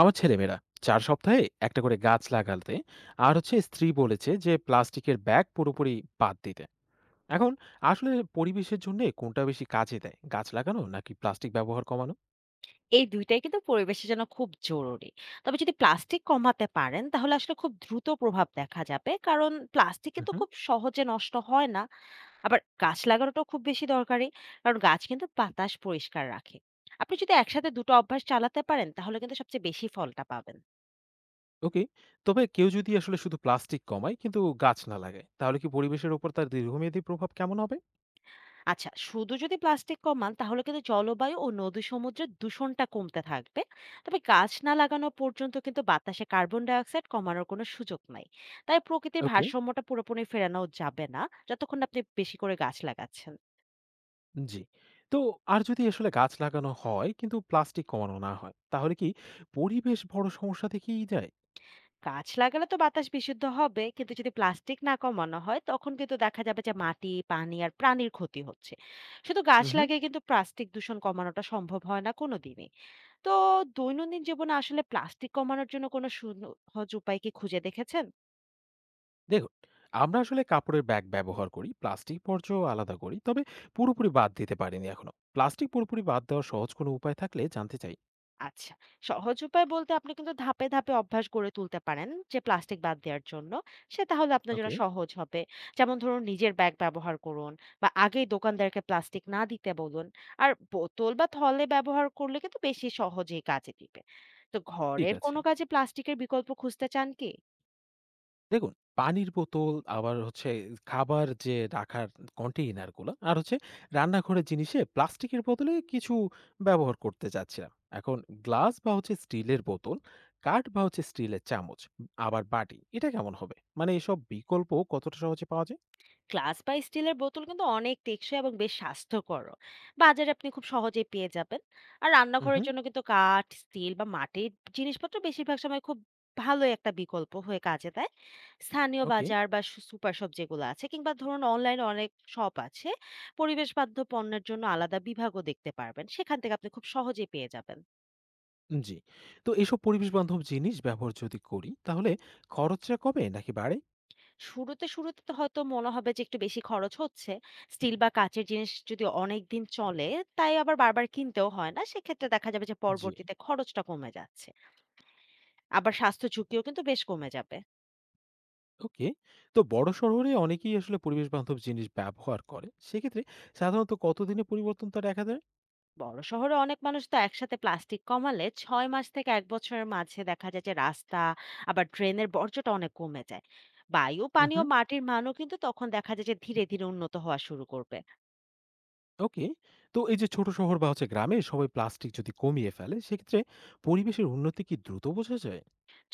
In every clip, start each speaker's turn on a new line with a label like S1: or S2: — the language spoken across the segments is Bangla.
S1: আমার ছেলেমেয়েরা চার সপ্তাহে একটা করে গাছ লাগাতে, আর স্ত্রী বলেছে যে প্লাস্টিকের ব্যাগ পুরোপুরি বাদ দিতে। এখন আসলে পরিবেশের জন্য কোনটা বেশি কাজে দেয়, গাছ লাগানো নাকি প্লাস্টিক ব্যবহার কমানো?
S2: এই ২ টাই কিন্তু পরিবেশের জন্য খুব জরুরি। তবে যদি প্লাস্টিক কমাতে পারেন তাহলে আসলে খুব দ্রুত প্রভাব দেখা যাবে। কারণ প্লাস্টিক কিন্তু
S1: হুম।
S2: খুব সহজে নষ্ট হয় না। আবার গাছ লাগানোটাও খুব বেশি দরকারি। কারণ গাছ কিন্তু বাতাস পরিষ্কার রাখে। আপনি যদি একসাথে ২ টো অভ্যাস চালাতে পারেন তাহলে কিন্তু সবচেয়ে বেশি ফলটা পাবেন।
S1: ওকে, তবে কেউ যদি আসলে শুধু প্লাস্টিক কমায় কিন্তু গাছ না লাগায়, তাহলে কি পরিবেশের উপর তার দীর্ঘমেয়াদী প্রভাব কেমন হবে?
S2: আচ্ছা, শুধু যদি প্লাস্টিক কমান তাহলে কিন্তু জলবায়ু ও নদী সমুদ্রের দূষণটা কমতে থাকবে। তবে গাছ না লাগানো পর্যন্ত কিন্তু বাতাসে কার্বন ডাই অক্সাইড কমানোর কোনো সুযোগ নাই। তাই প্রকৃতির
S1: ওকে।
S2: ভারসাম্যটা পুরোপুরি ফেরানো যাবে না যতক্ষণ না আপনি বেশি করে গাছ লাগাচ্ছেন।
S1: জি। তো আর যদি আসলে গাছ লাগানো হয় কিন্তু প্লাস্টিক কমানো না হয়, তাহলে কি পরিবেশ বড় সমস্যা থেকেই যায়?
S2: গাছ লাগালে তো বাতাস বিশুদ্ধ হবে, কিন্তু যদি প্লাস্টিক না কমানো হয় তখন কিন্তু দেখা যাবে যে মাটি, পানি আর প্রাণীর ক্ষতি হচ্ছে। শুধু গাছ লাগিয়ে কিন্তু প্লাস্টিক দূষণ কমানোটা সম্ভব হয় না কোনো দিনই। তো দৈনন্দিন জীবনে আসলে প্লাস্টিক কমানোর জন্য কোনো সহজ উপায় কি খুঁজে দেখেছেন?
S1: দেখুন, আমরা আসলে কাপড়ের ব্যাগ ব্যবহার করি, প্লাস্টিক বর্জ্য আলাদা করি, তবে পুরোপুরি বাদ দিতে পারিনি এখনো। প্লাস্টিক পুরোপুরি বাদ দেওয়ার সহজ কোনো উপায় থাকলে জানতে চাই।
S2: আচ্ছা, সহজ উপায় বলতে আপনি কিন্তু ধাপে ধাপে অভ্যাস গড়ে তুলতে পারেন যে প্লাস্টিক বাদ দেওয়ার জন্য। সে তাহলে আপনার জন্য
S1: ওকে।
S2: সহজ হবে। যেমন ধরুন, নিজের ব্যাগ ব্যবহার করুন বা আগেই দোকানদারকে প্লাস্টিক না দিতে বলুন। আর বোতল বা থলে ব্যবহার করলে কিন্তু বেশি সহজেই কাজে দিবে। তো
S1: ঠিক
S2: ঘরের
S1: আছে,
S2: কোনো কাজে প্লাস্টিকের বিকল্প খুঁজতে চান কি?
S1: দেখুন, পানির বোতল, আবার খাবার যে রাখার কন্টেইনারগুলো, আর রান্নাঘরের জিনিসে প্লাস্টিকের বদলে কিছু ব্যবহার করতে চাচ্ছিলাম। এখন গ্লাস বা স্টিলের বোতল, কাঠ বা স্টিলের চামচ, আবার বাটি, এটা কেমন হবে? মানে এসব বিকল্প কতটা সহজে পাওয়া যায়?
S2: গ্লাস বা স্টিলের বোতল কিন্তু অনেক টেকসই এবং বেশ স্বাস্থ্যকর। বাজারে আপনি খুব সহজেই পেয়ে যাবেন। আর রান্নাঘরের
S1: হুম।
S2: জন্য কিন্তু কাঠ, স্টিল বা মাটির জিনিসপত্র বেশিরভাগ সময় খুব ভালো একটা বিকল্প হয়ে কাজে দেয়। স্থানীয়
S1: ওকে।
S2: বাজার বা সুপার শপ যেগুলো আছে, কিংবা ধরুন অনলাইনে অনেক শপ আছে, পরিবেশ বান্ধব পণ্যের জন্য আলাদা বিভাগও দেখতে পারবেন। সেখান থেকে আপনি খুব সহজেই পেয়ে যাবেন।
S1: জি। তো এসব পরিবেশ বান্ধব জিনিস ব্যবহার যদি করি, তাহলে খরচটা কমে নাকি বাড়ে?
S2: শুরুতে তো হয়তো মনে হবে যে একটু বেশি খরচ হচ্ছে। স্টিল বা কাঁচের জিনিস যদি অনেকদিন চলে, তাই আবার বারবার কিনতেও হয় না। সেক্ষেত্রে দেখা যাবে যে
S1: জি।
S2: পরবর্তীতে খরচটা কমে যাচ্ছে। আবার স্বাস্থ্য ঝুঁকিও কিন্তু বেশ কমে যাবে।
S1: ওকে। তো বড় শহরে অনেকেই আসলে পরিবেশ বান্ধব জিনিস ব্যবহার করে। সেক্ষেত্রে সাধারণত কতদিনে পরিবর্তনটা দেখা যায়?
S2: বড় শহরে অনেক মানুষ তো একসাথে প্লাস্টিক কমালে ৬ মাস থেকে ১ বছরের মাঝে দেখা যায় যে রাস্তা আবার ড্রেনের বর্জ্যটা অনেক কমে যায়। বায়ু, পানি
S1: উহু।
S2: ও মাটির মানও কিন্তু তখন দেখা যায় যে ধীরে উন্নত হওয়া শুরু করবে।
S1: ওকে। তো এই যে ছোট শহর বা গ্রামে সবাই প্লাস্টিক যদি কমিয়ে ফেলে, সেক্ষেত্রে পরিবেশের উন্নতি কি দ্রুত বোঝা যায়?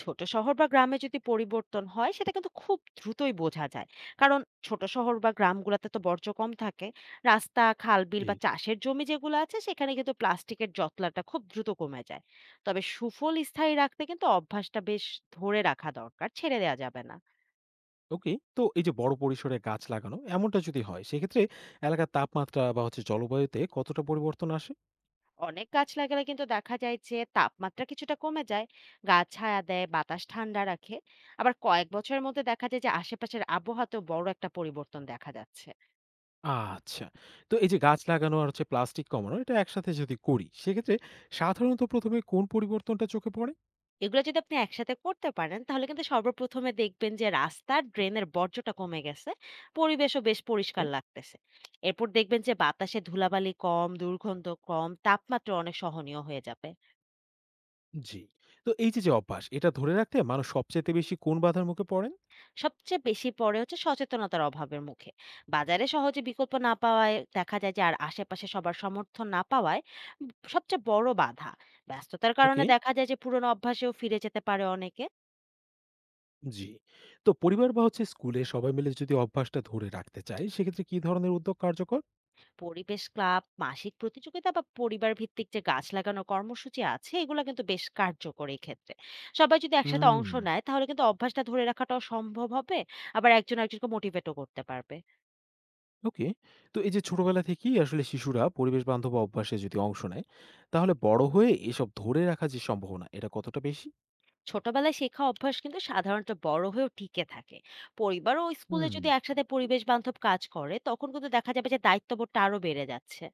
S2: ছোট শহর বা গ্রামে যদি পরিবর্তন হয় সেটা কিন্তু খুব দ্রুতই বোঝা যায়। কারণ ছোট শহর বা গ্রামগুলোতে তো বর্জ্য কম থাকে। রাস্তা, খাল, বিল
S1: জি।
S2: বা চাষের জমি যেগুলো আছে সেখানে কিন্তু প্লাস্টিকের জটলাটা খুব দ্রুত কমে যায়। তবে সুফল স্থায়ী রাখতে কিন্তু অভ্যাসটা বেশ ধরে রাখা দরকার, ছেড়ে দেওয়া যাবে না।
S1: ওকে। তো এই যে বড় পরিসরে গাছ লাগানো এমনটা যদি হয়, সেক্ষেত্রে এলাকার তাপমাত্রা বা জলবায়ুতে কতটা পরিবর্তন আসে?
S2: অনেক গাছ লাগালে কিন্তু দেখা যায় যে তাপমাত্রা কিছুটা কমে যায়। গাছ ছায়া দেয়, বাতাস ঠান্ডা রাখে। আবার কয়েক বছরের মধ্যে দেখা যায় যে আশেপাশের আবহাওয়াতেও বড় একটা পরিবর্তন দেখা যাচ্ছে।
S1: আচ্ছা। তো এই যে গাছ লাগানো আর প্লাস্টিক কমানো এটা একসাথে যদি করি, সেক্ষেত্রে সাধারণত ১ম এ কোন পরিবর্তনটা চোখে পড়ে?
S2: এগুলো যদি আপনি একসাথে করতে পারেন তাহলে কিন্তু সর্বপ্রথমে দেখবেন যে রাস্তার ড্রেনের বর্জ্যটা কমে গেছে, পরিবেশও বেশ
S1: ওকে।
S2: পরিষ্কার লাগতেছে। এরপর দেখবেন যে বাতাসে ধুলাবালি কম, দুর্গন্ধ কম, তাপমাত্রা অনেক সহনীয় হয়ে যাবে।
S1: জি। তো এই যে, যে অভ্যাস এটা ধরে রাখতে মানুষ সবচাইতে বেশি কোন বাধার মুখে পড়েন?
S2: সবচেয়ে বেশি পড়ে হচ্ছে সচেতনতার অভাবের মুখে। বাজারে সহজে বিকল্প না পাওয়ায় দেখা যায় যে, আর আশেপাশে সবার সমর্থন না পাওয়ায় সবচেয়ে বড় বাধা। ব্যস্ততার কারণে
S1: ওকে।
S2: দেখা যায় যে পুরনো অভ্যাসেও ফিরে যেতে পারে অনেকে।
S1: জি। তো পরিবার বা স্কুলে সবাই মিলে যদি অভ্যাসটা ধরে রাখতে চায়, সেক্ষেত্রে কি ধরনের উদ্যোগ কার্যকর?
S2: পরিবেশ ক্লাব, মাসিক প্রতিযোগিতা বা পরিবার ভিত্তিক যে গাছ লাগানোর কর্মসূচি আছে এগুলো কিন্তু বেশ কার্যকর এই ক্ষেত্রে। সবাই যদি একসাথে
S1: হুম।
S2: অংশ নেয় তাহলে কিন্তু অভ্যাসটা ধরে রাখাটাও সম্ভব হবে। আবার একজন একজনকে মোটিভেটও করতে পারবে।
S1: ওকে। তো এই যে ছোটবেলা থেকেই আসলে শিশুরা পরিবেশ বান্ধব অভ্যাসে যদি অংশ নেয়, তাহলে বড় হয়ে এসব ধরে রাখার যে সম্ভাবনা এটা কতটা বেশি?
S2: ছোটবেলায় শেখা অভ্যাস কিন্তু সাধারণত বড় হয়েও টিকে থাকে। পরিবার ও স্কুলে
S1: হুম।
S2: যদি একসাথে পরিবেশ বান্ধব কাজ করে তখন কিন্তু দেখা যাবে যে দায়িত্ববোধটা আরো বেড়ে যাচ্ছে।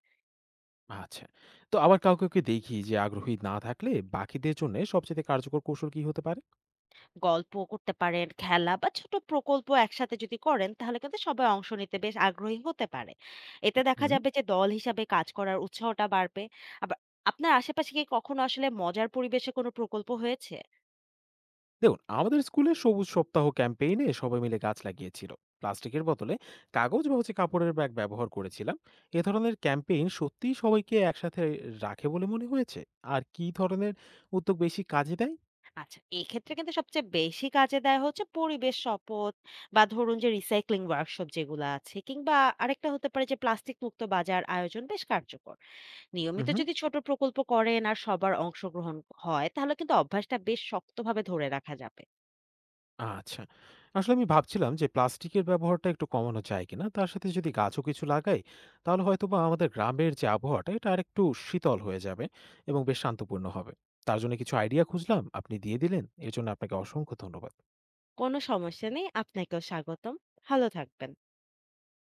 S1: আচ্ছা। তো আবার কাউকে দেখি যে আগ্রহী না থাকলে বাকিদের জন্য সবচেয়ে কার্যকর কৌশল কি হতে পারে?
S2: গল্প করতে পারেন, খেলা বা ছোট প্রকল্প একসাথে যদি করেন তাহলে কিন্তু সবাই অংশ নিতে বেশ আগ্রহী হতে পারে। এতে দেখা
S1: হুম
S2: যাবে যে দল হিসাবে কাজ করার উৎসাহটা বাড়বে। আবার আপনার আশেপাশে কি কখনো আসলে মজার পরিবেশে কোনো প্রকল্প হয়েছে?
S1: দেখুন, আমাদের স্কুলে সবুজ সপ্তাহ ক্যাম্পেইনে সবাই মিলে গাছ লাগিয়েছিল। প্লাস্টিকের বদলে কাগজ বা কাপড়ের ব্যাগ ব্যবহার করেছিলাম। এ ধরনের ক্যাম্পেইন সত্যিই সবাইকে একসাথে রাখে বলে মনে হয়েছে। আর কি ধরনের উদ্যোগ বেশি কাজে দেয়?
S2: আচ্ছা, এক্ষেত্রে কিন্তু সবচেয়ে বেশি কাজে দেয় হচ্ছে পরিবেশ শপথ বা ধরুন যে রিসাইক্লিং ওয়ার্কশপ যেগুলা আছে, কিংবা আরেকটা হতে পারে যে প্লাস্টিক মুক্ত বাজার আয়োজন, বেশ কার্যকর। নিয়মিত
S1: হুম।
S2: যদি ছোট প্রকল্প করেন আর সবার অংশগ্রহণ হয় তাহলে কিন্তু অভ্যাসটা বেশ শক্তভাবে ধরে রাখা যাবে।
S1: আচ্ছা। আসলে আমি ভাবছিলাম যে প্লাস্টিকের ব্যবহারটা একটু কমানো যায় কিনা? তার সাথে যদি গাছও কিছু লাগাই, তাহলে হয়তোবা আমাদের গ্রামের যে আবহাওয়াটা এটা আরেকটু শীতল হয়ে যাবে এবং বেশ শান্তপূর্ণ হবে। তার জন্য কিছু আইডিয়া খুঁজলাম, আপনি দিয়ে দিলেন। এর জন্য আপনাকে অসংখ্য ধন্যবাদ।
S2: কোনো সমস্যা নেই। আপনাকেও স্বাগতম। ভালো থাকবেন।